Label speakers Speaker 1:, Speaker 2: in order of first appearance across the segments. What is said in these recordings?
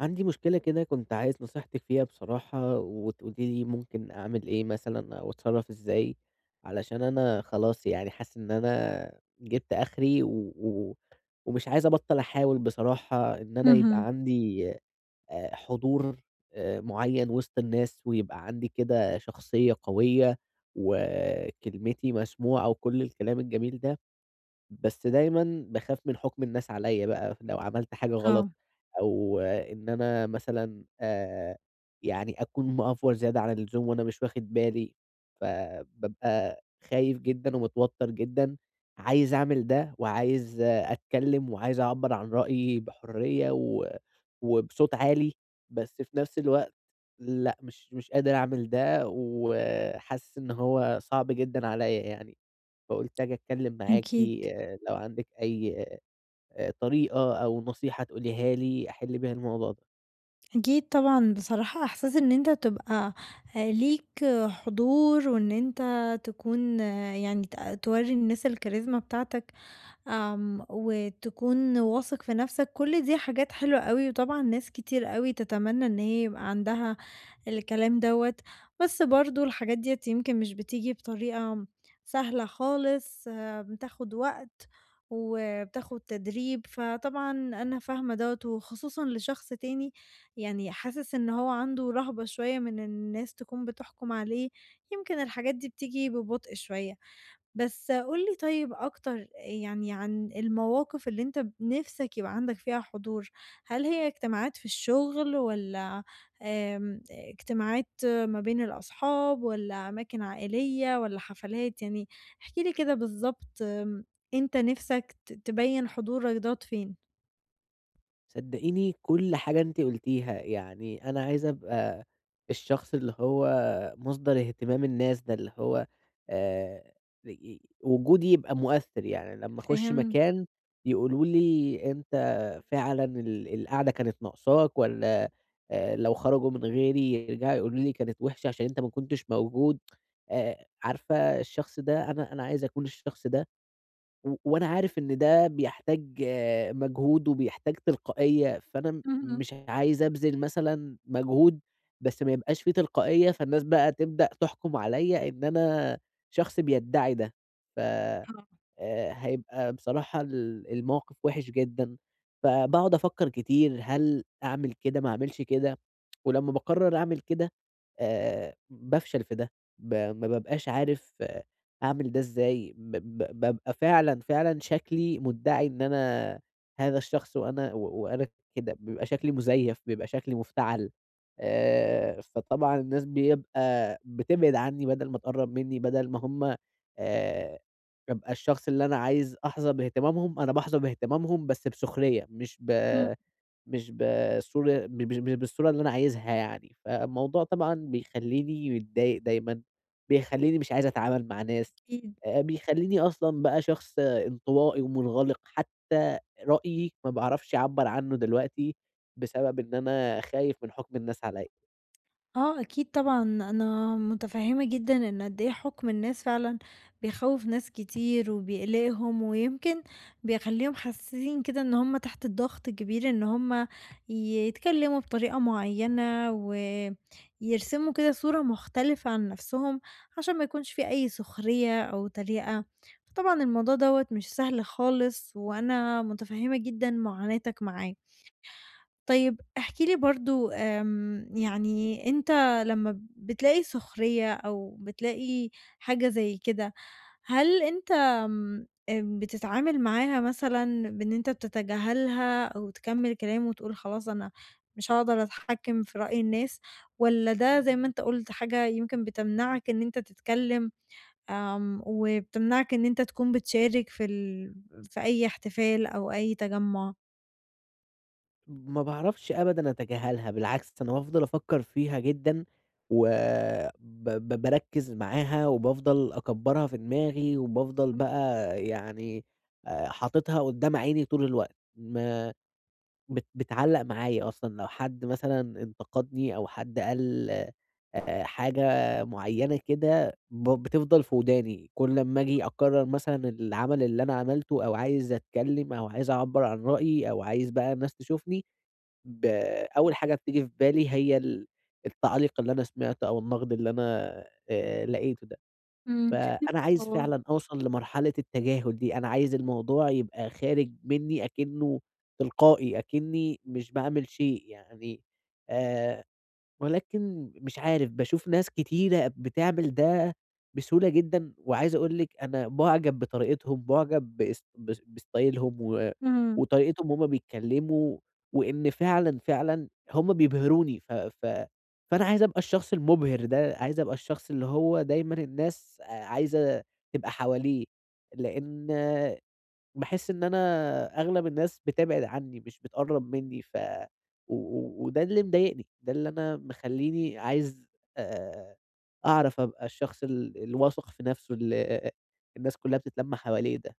Speaker 1: عندي مشكلة كده كنت عايز نصيحتك فيها بصراحة وتقولي لي ممكن أعمل إيه مثلًا أو أتصرّف إزاي، علشان أنا خلاص يعني حاسس إن أنا جِبت آخري و و ومش عايز أبطّل أحاول بصراحة إن أنا
Speaker 2: اهم،
Speaker 1: يبقى عندي حضور معيّن وِسط الناس ويبقى عندي كده شخصية قوية وكلمتي مسموعة وكل الكلام الجميل ده. بس دايمًا باخاف من حُكم الناس عليّا بقى، لو عملت حاجة
Speaker 2: آه،
Speaker 1: غلط أو إن أنا مثلًا يعني أكون مأفور زيادة عن اللزوم وأنا مش واخد بالي، فبابقى خايف جدًا ومتوتر جدًا، عايز أعمل ده وعايز آه، أتكلّم وعايز أعبّر عن رأيي بحرية و وبصوت عالي، بس في نفس الوقت لأ، مش قادر أعمل ده وحاسس إن هو صعب جدًا عليّا يعني. فقُلت آجي أتكلّم معاكِ
Speaker 2: أكيد،
Speaker 1: لو عندِك أي طريقة أو نصيحة تقوليها لي أحِل بيها الموضوع ده.
Speaker 2: أكيد طبعًا بصراحة إحساس إن أنت تبقى ليك حضور وإن أنت تكون يعني تورّي الناس الكاريزما بتاعتك، وتكون واثق في نفسك، كل دي حاجات حلوة أوي، وطبعًا ناس كتير أوي تتمنى إن هي يبقى عندها الكلام دوّة، بس برضه الحاجات ديّة يمكن مش بتيجي بطريقة سهلة خالص، بتاخد وقت وبتاخد تدريب، فطبعًا أنا فاهمة دوّة، وخصوصًا لشخص تاني يعني حاسس إن هو عنده رهبة شوية من إن الناس تكون بتحكم عليه، يمكن الحاجات دي بتيجي ببطء شوية. بس قُل لي طيب أكتر يعني عن المواقف اللي أنت ب نِفْسك يبقى عندك فيها حضور، هل هي اجتماعات في الشغل والّا اجتماعات ما بين الأصحاب والّا أماكن عائلية والّا حفلات؟ يعني احكِ لي كده بالضبط أنت نِفْسك تبيّن حضورك دوّة فين؟
Speaker 1: صدقيني كل حاجة أنتِ قُلتيها، يعني أنا عايز أبقى الشخص اللي هو مصدر اهتمام الناس ده، اللي هو آآ ي وجودي يبقى مؤثِّر، يعني لمّا أخُش
Speaker 2: فاهم؟
Speaker 1: مكان يقولوا لي أنت فعلًا القعدة كانت ناقصاك والّا لو خرجوا من غيري يرجعوا يقولوا لي كانت وِحشة عشان أنت ما كنتش موجود، عارفة الشخص ده أنا عايز أكون الشخص ده. و وأنا عارف إن ده بيحتاج آه، مجهود وبيحتاج تلقائية، فأنا
Speaker 2: اهم،
Speaker 1: مش عايز أبذل مثلًا مجهود، بس ما يبقاش في تلقائية، فالناس بقى تبدأ تحكم عليَّ إن أنا شخص بيدعي ده، ف
Speaker 2: آه،
Speaker 1: هيبقى بصراحة الموقف وِحِش جدًا، فباقعد أفكّر كتير هل أعمل كده، ما أعملش كده. ولمّا باقرّر أعمل كده بافشل في ده، ما بابقاش عارف آه، أعمل ده إزاي، ب ب بابقى فعلًا، فعلًا شكلي مُدّعي إن أنا هذا الشخص وأنا و وأنا كده، بيبقى شكلي مزيّف، بيبقى شكلي مفتعل، فطبعًا الناس بيبقى بتبعد عني بدل ما تقرّب منّي، بدل ما هم آآ أبقى الشخص اللي أنا عايز أحظى باهتمامهم، أنا باحظى باهتمامهم بس بسخرية مش ب
Speaker 2: إمم.
Speaker 1: مش بالصورة ب مش مش بالصورة اللي أنا عايزها يعني، فالموضوع طبعًا بيخلّيني متضايق دايمًا، بيخلّيني مش عايز أتعامل مع ناس،
Speaker 2: أكيد.
Speaker 1: بيخلّيني أصلًا بقى شخص انطوائي ومنغلق، حتى رأيي ما باعرفش أعبّر عنّه دلوقتي بسبب إن أنا خايف من حُكم الناس عليّا.
Speaker 2: آه أكيد طبعًا، أنا متفهّمة جدًا إن قد إيه حُكم الناس فعلًا بيخوّف ناس كتير وبيقلقهم، ويمكن بيخلّيهم حاسين كده إن هُم تحت الضغط الكبير إن هُم يتكلّموا بطريقة معيّنة، ويرسموا كده صورة مختلفة عن نَفْسهم عشان ما يكونش في أي سخرية أو تريقة، فطبعًا الموضوع دوّة مش سهل خالص، وأنا متفهّمة جدًا معاناتك معاه. طيب احكِ لي برضه يعني أنت لمّا بتلاقي سخرية أو بتلاقي حاجة زي كده، هل أنت آمم، بتتعامل معاها مثلًا بإن أنت بتتجاهلها أو تكمّل كلام وتقول خلاص أنا مش هاقدر أتحكم في رأي الناس، والّا ده زي ما أنت قُلت حاجة يمكن بتمنعك إن أنت تتكلم، وبتمنعك إن أنت تكون بتشارك في أي احتفال أو أي تجمُّع؟
Speaker 1: ما باعرفش أبدًا أتجاهلها، بالعكس أنا بافضل أفكّر فيها جدًا، و ب ب باركّز معاها وبافضل أكبّرها في دماغي، وبافضل بقى يعني حاططها قدّام عيني طول الوقت، ما بت بتعلّق معايا أصلًا، لو حد مثلًا انتقدني أو حد قال حاجة معيّنة كده بتفضل في وداني، كل أمّا آجي أكرّر مثلًا العمل اللي أنا عملته أو عايز أتكلّم أو عايز أعبّر عن رأيي أو عايز بقى الناس تشوفني، ب أول حاجة بتيجي في بالي هي التعليق اللي أنا سمعته أو النقد اللي أنا لقيته ده،
Speaker 2: إمم،
Speaker 1: فأنا عايز
Speaker 2: هو
Speaker 1: فعلًا أوصل لمرحلة التجاهل دي، أنا عايز الموضوع يبقى خارج منّي أكنّه تلقائي، أكنّي مش باعمل شيء يعني آآ ولكن مش عارف، باشوف ناس كتيرة بتعمل ده بسهولة جدًا، وعايز أقول لِك أنا باعجب بطريقتهم، باعجب باس باس بستايلهم و
Speaker 2: إمم.
Speaker 1: وطريقتهم وهُم بيتكلموا، وإن فعلًا، فعلًا هُم بيبهروني، ف ف فأنا عايز أبقى الشخص المبهر ده، عايز أبقى الشخص اللي هو دايمًا الناس عايزة تبقى حواليه، لإن باحس إن أنا أغلب الناس بتبعد عني، مش بتقرّب منّي، ف و و وده اللي مضايقني، ده اللي أنا مخلّيني عايز آآ أعرف أبقى الشخص الواثق في نَفْسه اللي الناس كُلّها بتتلَم حواليه ده.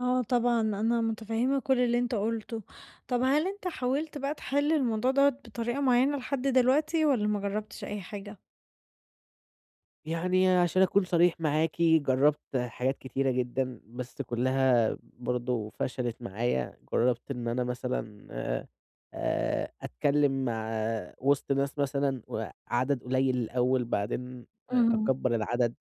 Speaker 2: آه طبعًا، أنا متفهمة كل اللي أنت قُلته. طب هل أنت حاولت بقى تحل الموضوع دوّة بطريقة معينة لحد دلوقتي والّا ما جربتش أي حاجة؟
Speaker 1: يعني عشان أكون صريح معاكِ، جرّبت حاجات كتيرة جدًا، بس كُلّها برضه فشلت معايا. جرّبت إن أنا مثلًا أتكلّم وسط ناس مثلًا وعدد قليّل الأول بعدين
Speaker 2: اهم.
Speaker 1: أكبّر العدد،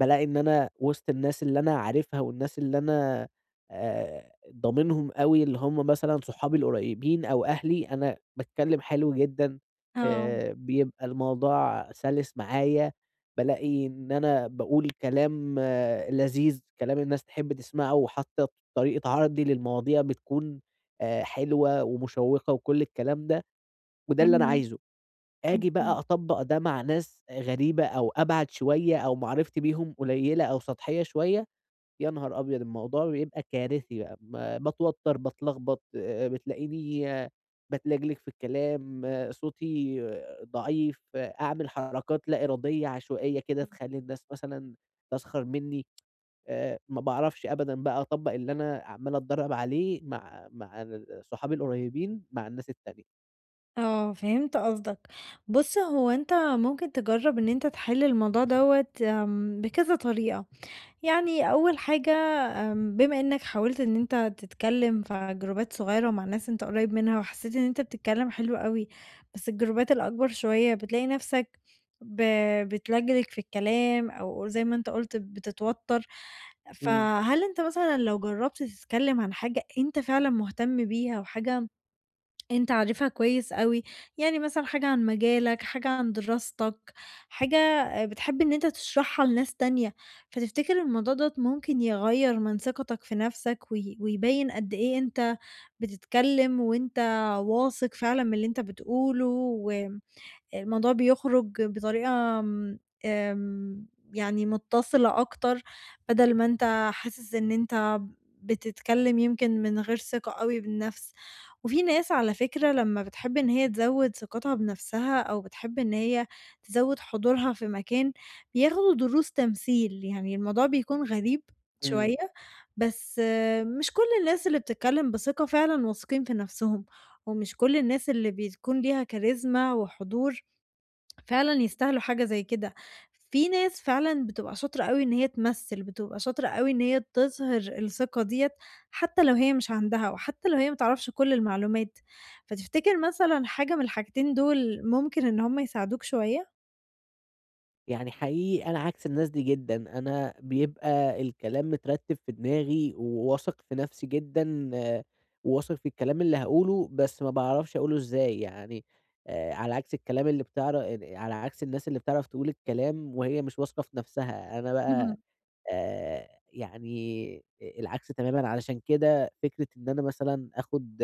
Speaker 1: بالاقي إن أنا وسط الناس اللي أنا عارفها والناس اللي أنا ضامنهم أوي اللي هم مثلًا صحابي القريّبين أو أهلي، أنا باتكلّم حلو جدًا،
Speaker 2: آه.
Speaker 1: بيبقى الموضوع سَلِس معايا، بالاقي إن أنا باقول كلام آه، لذيذ، كلام الناس تحب تسمعه وحتّى طريقة عرضي للمواضيع بتكون حلوة ومشوّقة وكل الكلام ده، وده اللي أنا
Speaker 2: اهم،
Speaker 1: عايزه. آجي
Speaker 2: أكيد.
Speaker 1: بقى أطبّق ده مع ناس غريبة أو أبعد شوية أو معرفتي بيهم قليّلة أو سطحية شوية، يا نهار أبيض! الموضوع بيبقى كارثي بقى، ما باتوتّر، باتلخبط، بتلاقيني باتلجلج في الكلام، آه، صوتي آه، ضعيف، آه، أعمل حركات لا إرادية عشوائية كده
Speaker 2: إمم.
Speaker 1: تخلّي الناس مثلًا تسخر منّي. ما باعرفش أبدًا بقى أطبّق اللي أنا عمّال أتدرّب عليه مع صحابي القريبين مع الناس التانية.
Speaker 2: آه، فهمت قصدك. بُص، هو أنت ممكن تجرب إن أنت تحل الموضوع دوّة بكذا طريقة. يعني أول حاجة بما إنك حاولت إن أنت تتكلم في جروبات صغيرة مع ناس أنت قريب منها، وحسيت إن أنت بتتكلم حلو أوي، بس الجروبات الأكبر شوية بتلاقي نفسك ب بتلجلج في الكلام أو زي ما أنت قُلت بتتوتر،
Speaker 1: إمم،
Speaker 2: فهل أنت مثلًا لو جربت تتكلم عن حاجة أنت فعلًا مهتم بيها وحاجة أنت عارفها كويس أوي، يعني مثلًا حاجة عن مجالك، حاجة عن دراستك، حاجة بتحب إن أنت تشرحها لناس تانية، فتفتكر الموضوع دوّة ممكن يغيّر من ثقتك في نفسك ويبين قد إيه أنت بتتكلم وأنت واثق فعلًا من اللي أنت بتقوله و الموضوع بيخرج بطريقة آمم، آمم، يعني متصلة أكتر، بدل ما أنت حاسس إن أنت بتتكلم يمكن من غير ثقة أوي بالنفس، وفي ناس على فكرة لمّا بتحب إن هي تزوّد ثقتها بنفسها أو بتحب إن هي تزوّد حضورها في مكان، بياخدوا دروس تمثيل، يعني الموضوع بيكون غريب شوية،
Speaker 1: إمم.
Speaker 2: بس مش كل الناس اللي بتتكلم بثقة فعلًا واثقين في نفسهم، ومش كل الناس اللي بتكون ليها كاريزما وحضور فعلًا يستاهلوا حاجة زي كده. في ناس فعلًا بتبقى شاطرة أوي إن هي تمثّل، بتبقى شاطرة أوي إن هي تظهر الثقة ديّة حتى لو هي مش عندها، وحتى لو هي ما تعرفش كل المعلومات. فتفتكر مثلًا حاجة من الحاجتين دول ممكن إن هُم يساعدوك شوية؟
Speaker 1: يعني حقيقي أنا عكس الناس دي جدًا، أنا بيبقى الكلام مترتّب في دماغي وواثق في نَفْسي جدًا، آه، وواثق في الكلام اللي هاقوله، بس ما باعرفش أقوله إزاي، يعني على عكس الكلام اللي بتعر يعني على عكس الناس اللي بتعرف تقول الكلام وهي مش واثقة في نَفْسها، أنا
Speaker 2: اهم،
Speaker 1: بقى يعني العكس تمامًا، علشان كده فكرة إن أنا مثلًا آخُد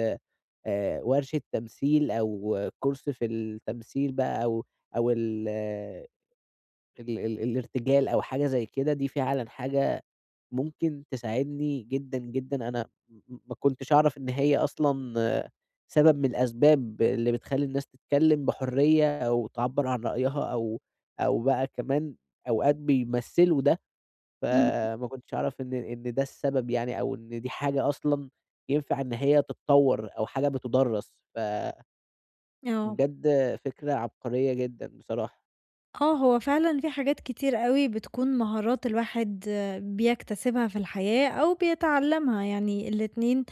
Speaker 1: ورشة تمثيل أو course في التمثيل بقى أو أو ال ال ال الارتجال أو حاجة زي كده، دي فعلًا حاجة ممكن تساعدني جدًا، جدًا. أنا ما كنتش أعرف إن هي أصلًا آه، سبب من الأسباب اللي بتخلّي الناس تتكلّم بحُرية أو تعبّر عن رأيها أو أو بقى كمان أوقات بيمثّلوا ده
Speaker 2: اهم.
Speaker 1: فما كنتش أعرف إن ده السبب يعني أو إن دي حاجة أصلًا ينفع إن هي تتطوّر أو حاجة بتُدرّس، فبجد
Speaker 2: آه.
Speaker 1: فكرة عبقرية جدًا بصراحة.
Speaker 2: آه، هو فعلًا في حاجات كتير أوي بتكون مهارات الواحد بيكتسبها في الحياة أو بيتعلّمها، يعني الاتنين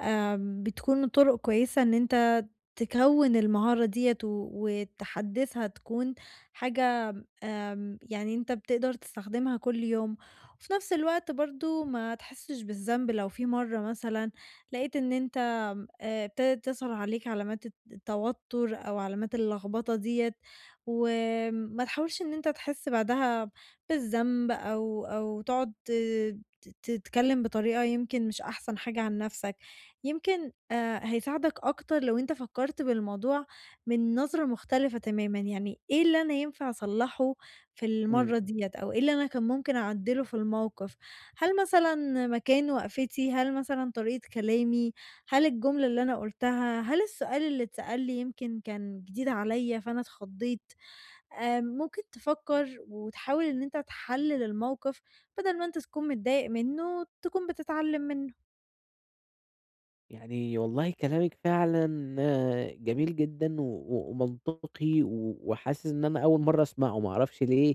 Speaker 2: آآ بتكون طُرق كويسة إن أنت تكوّن المهارة ديّة و وتحدّثها تكون حاجة يعني أنت بتقدر تستخدمها كل يوم، وفي نفس الوقت برضه ما تحسّش بالذنب لو في مرّة مثلًا لقيت إن أنت ابتدت تظهر عليك علامات التوتر أو علامات اللخبطة ديّة، وما تحاولش إن أنت تحس بعدها بالذنب أو تقعد تتكلم بطريقة يمكن مش أحسن حاجة عن نفسك، يمكن هيساعدك أكتر لو أنت فكرت بالموضوع من نظرة مختلفة تمامًا، يعني إيه اللي أنا ينفع أصلّحه في
Speaker 1: إمم.
Speaker 2: المرّة ديّة أو إيه اللي أنا كان ممكن أعدّله في الموقف؟ هل مثلًا مكان وقفتي، هل مثلًا طريقة كلامي، هل الجملة اللي أنا قُلتها، هل السؤال اللي اتسأل لي يمكن كان جديد عليّا فأنا اتخضّيت؟ ممكن تفكّر وتحاول إن أنت تحلّل الموقف، بدل ما أنت تكون متضايق منّه، تكون بتتعلّم منّه.
Speaker 1: يعني والله كلامِك فعلًا آه، جميل جدًا و و ومنطقي و وحاسس إن أنا أول مرّة أسمعه، ما أعرفش ليه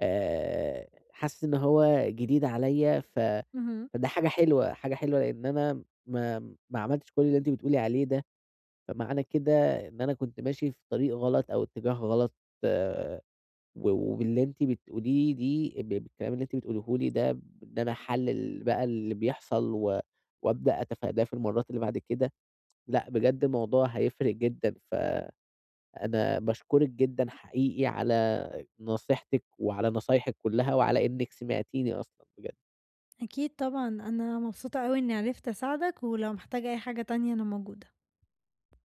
Speaker 1: حاسس إن هو جديد عليّا
Speaker 2: اهم.
Speaker 1: فده حاجة حلوة، حاجة حلوة لإن أنا ما عملتش كل اللي أنتِ بتقولي عليه ده. فمعنى كده إن أنا كنت ماشي في طريق غلط أو اتجاه غلط آه، و وباللي أنتِ بتقوليه دي بالكلام اللي أنتِ بتقوليه لي ده بإن أنا أحلل بقى اللي بيحصل و وأبدأ أتفاداه في المرات اللي بعد كده، لأ بجد الموضوع هيفرق جدًا، فأنا باشكرِك جدًا حقيقي على نصيحتِك وعلى نصايحِك كلها وعلى إنِّك سمعتيني أصلًا بجد.
Speaker 2: أكيد طبعًا، أنا مبسوطة أوي إنّي عرفت أساعدك، ولو محتاجة أي حاجة تانية أنا موجودة.